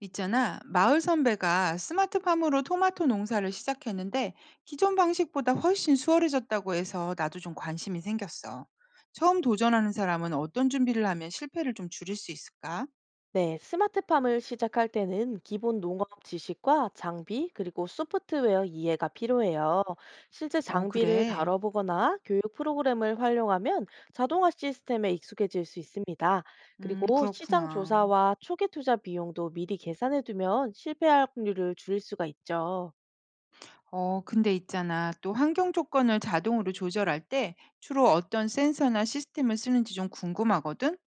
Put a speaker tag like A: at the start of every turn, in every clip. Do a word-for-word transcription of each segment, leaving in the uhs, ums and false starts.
A: 있잖아, 마을 선배가 스마트팜으로 토마토 농사를 시작했는데 기존 방식보다 훨씬 수월해졌다고 해서 나도 좀 관심이 생겼어. 처음 도전하는 사람은 어떤 준비를 하면 실패를 좀 줄일 수 있을까?
B: 네, 스마트팜을 시작할 때는 기본 농업 지식과 장비, 그리고 소프트웨어 이해가 필요해요. 실제
A: 어,
B: 장비를
A: 그래.
B: 다뤄보거나 교육 프로그램을 활용하면 자동화 시스템에 익숙해질 수 있습니다.
A: 음,
B: 그리고 시장
A: 그렇구나.
B: 조사와 초기 투자 비용도 미리 계산해두면 실패할 확률을 줄일 수가 있죠.
A: 어, 근데 있잖아. 또 환경 조건을 자동으로 조절할 때 주로 어떤 센서나 시스템을 쓰는지 좀 궁금하거든?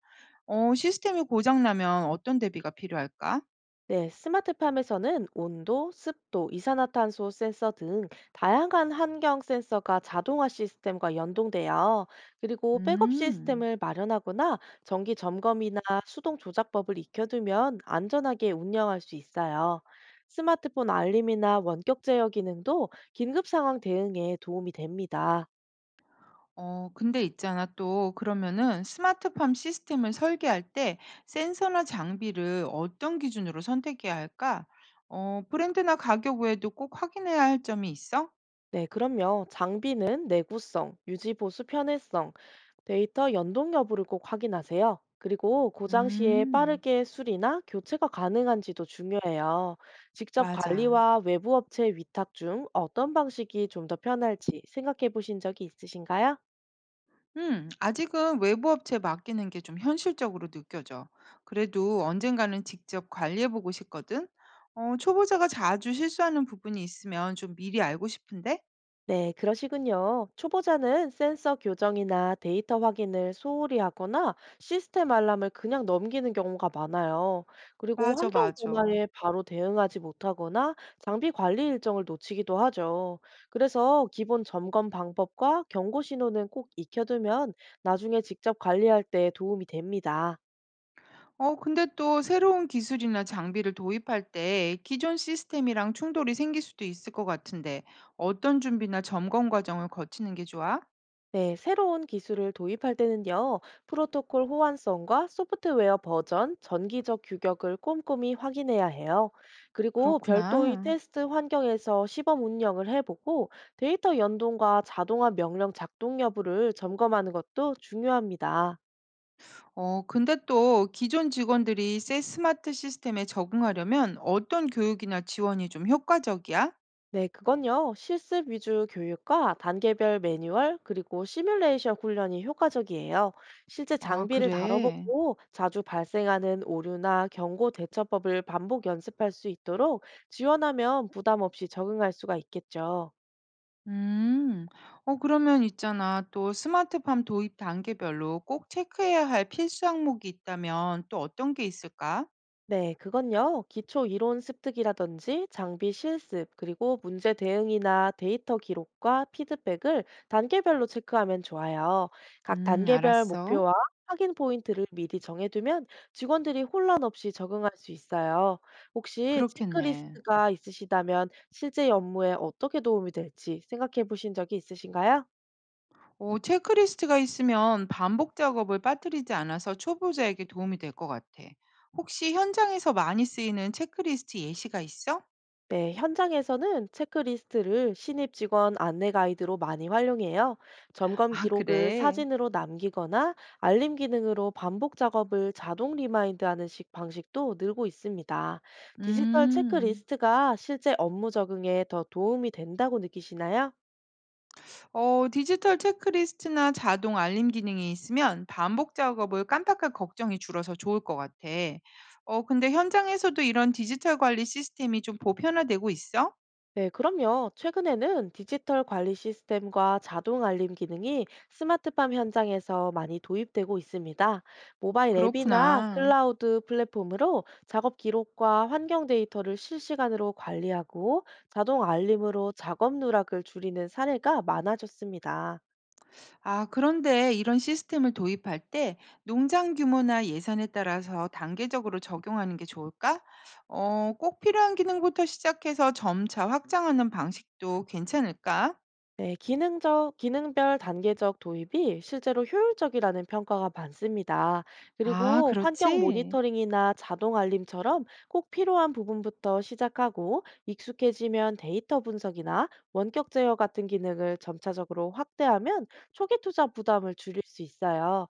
A: 어, 시스템이 고장나면 어떤 대비가 필요할까?
B: 네, 스마트팜에서는 온도, 습도, 이산화탄소 센서 등 다양한 환경 센서가 자동화 시스템과 연동돼요. 그리고 백업
A: 음.
B: 시스템을 마련하거나 정기 점검이나 수동 조작법을 익혀두면 안전하게 운영할 수 있어요. 스마트폰 알림이나 원격 제어 기능도 긴급 상황 대응에 도움이 됩니다.
A: 어, 근데 있잖아. 또 그러면은 스마트팜 시스템을 설계할 때 센서나 장비를 어떤 기준으로 선택해야 할까? 어, 브랜드나 가격 외에도 꼭 확인해야 할 점이 있어?
B: 네, 그럼요. 장비는 내구성, 유지 보수 편의성, 데이터 연동 여부를 꼭 확인하세요. 그리고 고장 시에
A: 음,
B: 빠르게 수리나 교체가 가능한지도 중요해요. 직접
A: 맞아.
B: 관리와 외부 업체 위탁 중 어떤 방식이 좀 더 편할지 생각해 보신 적이 있으신가요?
A: 음, 아직은 외부 업체에 맡기는 게 좀 현실적으로 느껴져. 그래도 언젠가는 직접 관리해보고 싶거든. 어, 초보자가 자주 실수하는 부분이 있으면 좀 미리 알고 싶은데?
B: 네, 그러시군요. 초보자는 센서 교정이나 데이터 확인을 소홀히 하거나 시스템 알람을 그냥 넘기는 경우가 많아요. 그리고
A: 맞아,
B: 환경
A: 맞아.
B: 변화에 바로 대응하지 못하거나 장비 관리 일정을 놓치기도 하죠. 그래서 기본 점검 방법과 경고 신호는 꼭 익혀두면 나중에 직접 관리할 때 도움이 됩니다.
A: 어, 근데 또 새로운 기술이나 장비를 도입할 때 기존 시스템이랑 충돌이 생길 수도 있을 것 같은데 어떤 준비나 점검 과정을 거치는 게 좋아?
B: 네, 새로운 기술을 도입할 때는요, 프로토콜 호환성과 소프트웨어 버전, 정기적 규격을 꼼꼼히 확인해야 해요. 그리고 별도의
A: 그렇구나.
B: 테스트 환경에서 시범 운영을 해보고 데이터 연동과 자동화 명령 작동 여부를 점검하는 것도 중요합니다.
A: 어, 근데 또 기존 직원들이 새 스마트 시스템에 적응하려면 어떤 교육이나 지원이 좀 효과적이야?
B: 네, 그건요. 실습 위주 교육과 단계별 매뉴얼, 그리고 시뮬레이션 훈련이 효과적이에요. 실제
A: 아,
B: 장비를
A: 그래.
B: 다뤄보고 자주 발생하는 오류나 경고 대처법을 반복 연습할 수 있도록 지원하면 부담 없이 적응할 수가 있겠죠.
A: 음, 어, 그러면 있잖아. 또 스마트팜 도입 단계별로 꼭 체크해야 할 필수 항목이 있다면 또 어떤 게 있을까?
B: 네, 그건요. 기초 이론 습득이라든지 장비 실습, 그리고 문제 대응이나 데이터 기록과 피드백을 단계별로 체크하면 좋아요. 각
A: 음,
B: 단계별
A: 알았어.
B: 목표와 확인 포인트를 미리 정해두면 직원들이 혼란 없이 적응할 수 있어요. 혹시
A: 그렇겠네.
B: 체크리스트가 있으시다면 실제 업무에 어떻게 도움이 될지 생각해 보신 적이 있으신가요?
A: 오 체크리스트가 있으면 반복 작업을 빠뜨리지 않아서 초보자에게 도움이 될 것 같아. 혹시 현장에서 많이 쓰이는 체크리스트 예시가 있어?
B: 네, 현장에서는 체크리스트를 신입 직원 안내 가이드로 많이 활용해요. 점검
A: 아,
B: 기록을
A: 그래.
B: 사진으로 남기거나 알림 기능으로 반복 작업을 자동 리마인드하는 식 방식도 늘고 있습니다. 디지털
A: 음.
B: 체크리스트가 실제 업무 적응에 더 도움이 된다고 느끼시나요?
A: 어, 디지털 체크리스트나 자동 알림 기능이 있으면 반복 작업을 깜빡할 걱정이 줄어서 좋을 것 같아. 어, 근데 현장에서도 이런 디지털 관리 시스템이 좀 보편화되고 있어?
B: 네, 그럼요. 최근에는 디지털 관리 시스템과 자동 알림 기능이 스마트팜 현장에서 많이 도입되고 있습니다. 모바일 앱이나
A: 그렇구나.
B: 클라우드 플랫폼으로 작업 기록과 환경 데이터를 실시간으로 관리하고 자동 알림으로 작업 누락을 줄이는 사례가 많아졌습니다.
A: 아, 그런데 이런 시스템을 도입할 때 농장 규모나 예산에 따라서 단계적으로 적용하는 게 좋을까? 어, 꼭 필요한 기능부터 시작해서 점차 확장하는 방식도 괜찮을까?
B: 네, 기능적, 기능별 단계적 도입이 실제로 효율적이라는 평가가 많습니다.
A: 아,
B: 그리고 환경
A: 그렇지.
B: 모니터링이나 자동 알림처럼 꼭 필요한 부분부터 시작하고 익숙해지면 데이터 분석이나 원격 제어 같은 기능을 점차적으로 확대하면 초기 투자 부담을 줄일 수 있어요.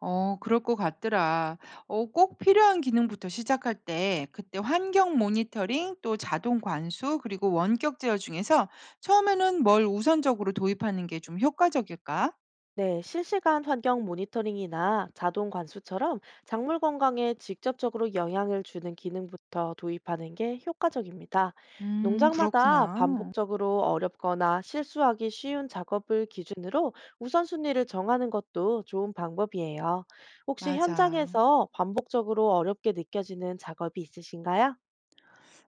A: 어, 그럴 것 같더라. 어, 꼭 필요한 기능부터 시작할 때 그때 환경 모니터링, 또 자동 관수, 그리고 원격 제어 중에서 처음에는 뭘 우선적으로 도입하는 게 좀 효과적일까?
B: 네, 실시간 환경 모니터링이나 자동 관수처럼 작물 건강에 직접적으로 영향을 주는 기능부터 도입하는 게 효과적입니다.
A: 음,
B: 농장마다
A: 그렇구나.
B: 반복적으로 어렵거나 실수하기 쉬운 작업을 기준으로 우선순위를 정하는 것도 좋은 방법이에요. 혹시
A: 맞아.
B: 현장에서 반복적으로 어렵게 느껴지는 작업이 있으신가요?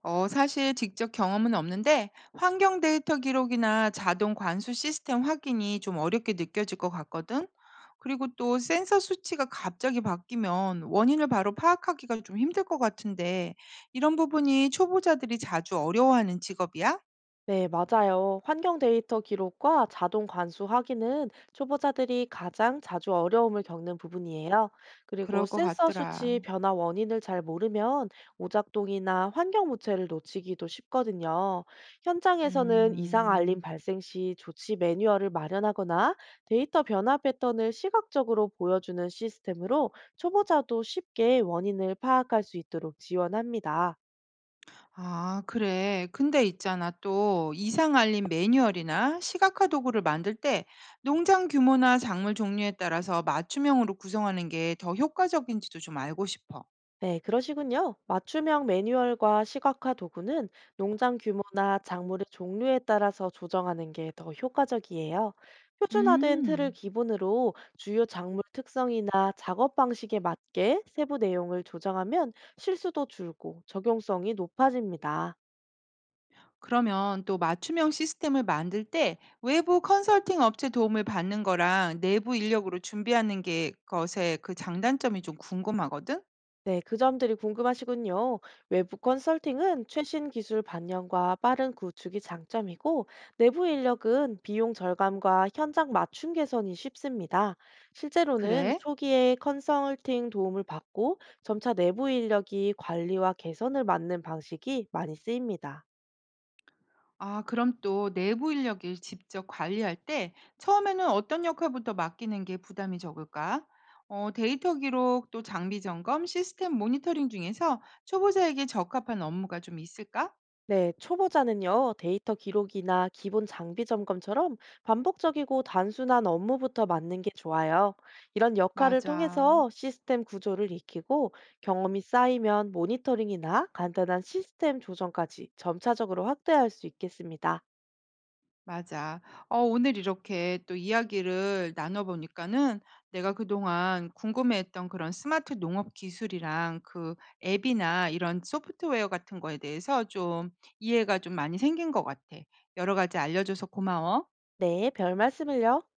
A: 어, 사실 직접 경험은 없는데 환경 데이터 기록이나 자동 관수 시스템 확인이 좀 어렵게 느껴질 것 같거든. 그리고 또 센서 수치가 갑자기 바뀌면 원인을 바로 파악하기가 좀 힘들 것 같은데 이런 부분이 초보자들이 자주 어려워하는 직업이야?
B: 네, 맞아요. 환경 데이터 기록과 자동 관수 확인은 초보자들이 가장 자주 어려움을 겪는 부분이에요. 그리고
A: 그럴 것
B: 센서 수치
A: 같더라.
B: 변화 원인을 잘 모르면 오작동이나 환경 무체를 놓치기도 쉽거든요. 현장에서는 이상 알림
A: 음.
B: 발생 시 조치 매뉴얼을 마련하거나 데이터 변화 패턴을 시각적으로 보여주는 시스템으로 초보자도 쉽게 원인을 파악할 수 있도록 지원합니다.
A: 아, 그래. 근데 있잖아. 또 이상 알림 매뉴얼이나 시각화 도구를 만들 때 농장 규모나 작물 종류에 따라서 맞춤형으로 구성하는 게 더 효과적인지도 좀 알고 싶어.
B: 네, 그러시군요. 맞춤형 매뉴얼과 시각화 도구는 농장 규모나 작물의 종류에 따라서 조정하는 게 더 효과적이에요. 표준화된 틀을
A: 음.
B: 기본으로 주요 작물 특성이나 작업 방식에 맞게 세부 내용을 조정하면 실수도 줄고 적용성이 높아집니다.
A: 그러면 또 맞춤형 시스템을 만들 때 외부 컨설팅 업체 도움을 받는 거랑 내부 인력으로 준비하는 게 것의 그 장단점이 좀 궁금하거든?
B: 네, 그 점들이 궁금하시군요. 외부 컨설팅은 최신 기술 반영과 빠른 구축이 장점이고, 내부 인력은 비용 절감과 현장 맞춤 개선이 쉽습니다. 실제로는
A: 그래?
B: 초기에 컨설팅 도움을 받고, 점차 내부 인력이 관리와 개선을 맡는 방식이 많이 쓰입니다.
A: 아, 그럼 또 내부 인력을 직접 관리할 때 처음에는 어떤 역할부터 맡기는 게 부담이 적을까? 어, 데이터 기록, 또 장비 점검, 시스템 모니터링 중에서 초보자에게 적합한 업무가 좀 있을까?
B: 네, 초보자는요, 데이터 기록이나 기본 장비 점검처럼 반복적이고 단순한 업무부터 맡는 게 좋아요. 이런 역할을
A: 맞아.
B: 통해서 시스템 구조를 익히고 경험이 쌓이면 모니터링이나 간단한 시스템 조정까지 점차적으로 확대할 수 있겠습니다.
A: 맞아. 어, 오늘 이렇게 또 이야기를 나눠보니까는 내가 그동안 궁금해했던 그런 스마트 농업 기술이랑 그 앱이나 이런 소프트웨어 같은 거에 대해서 좀 이해가 좀 많이 생긴 것 같아. 여러 가지 알려줘서 고마워.
B: 네, 별 말씀을요.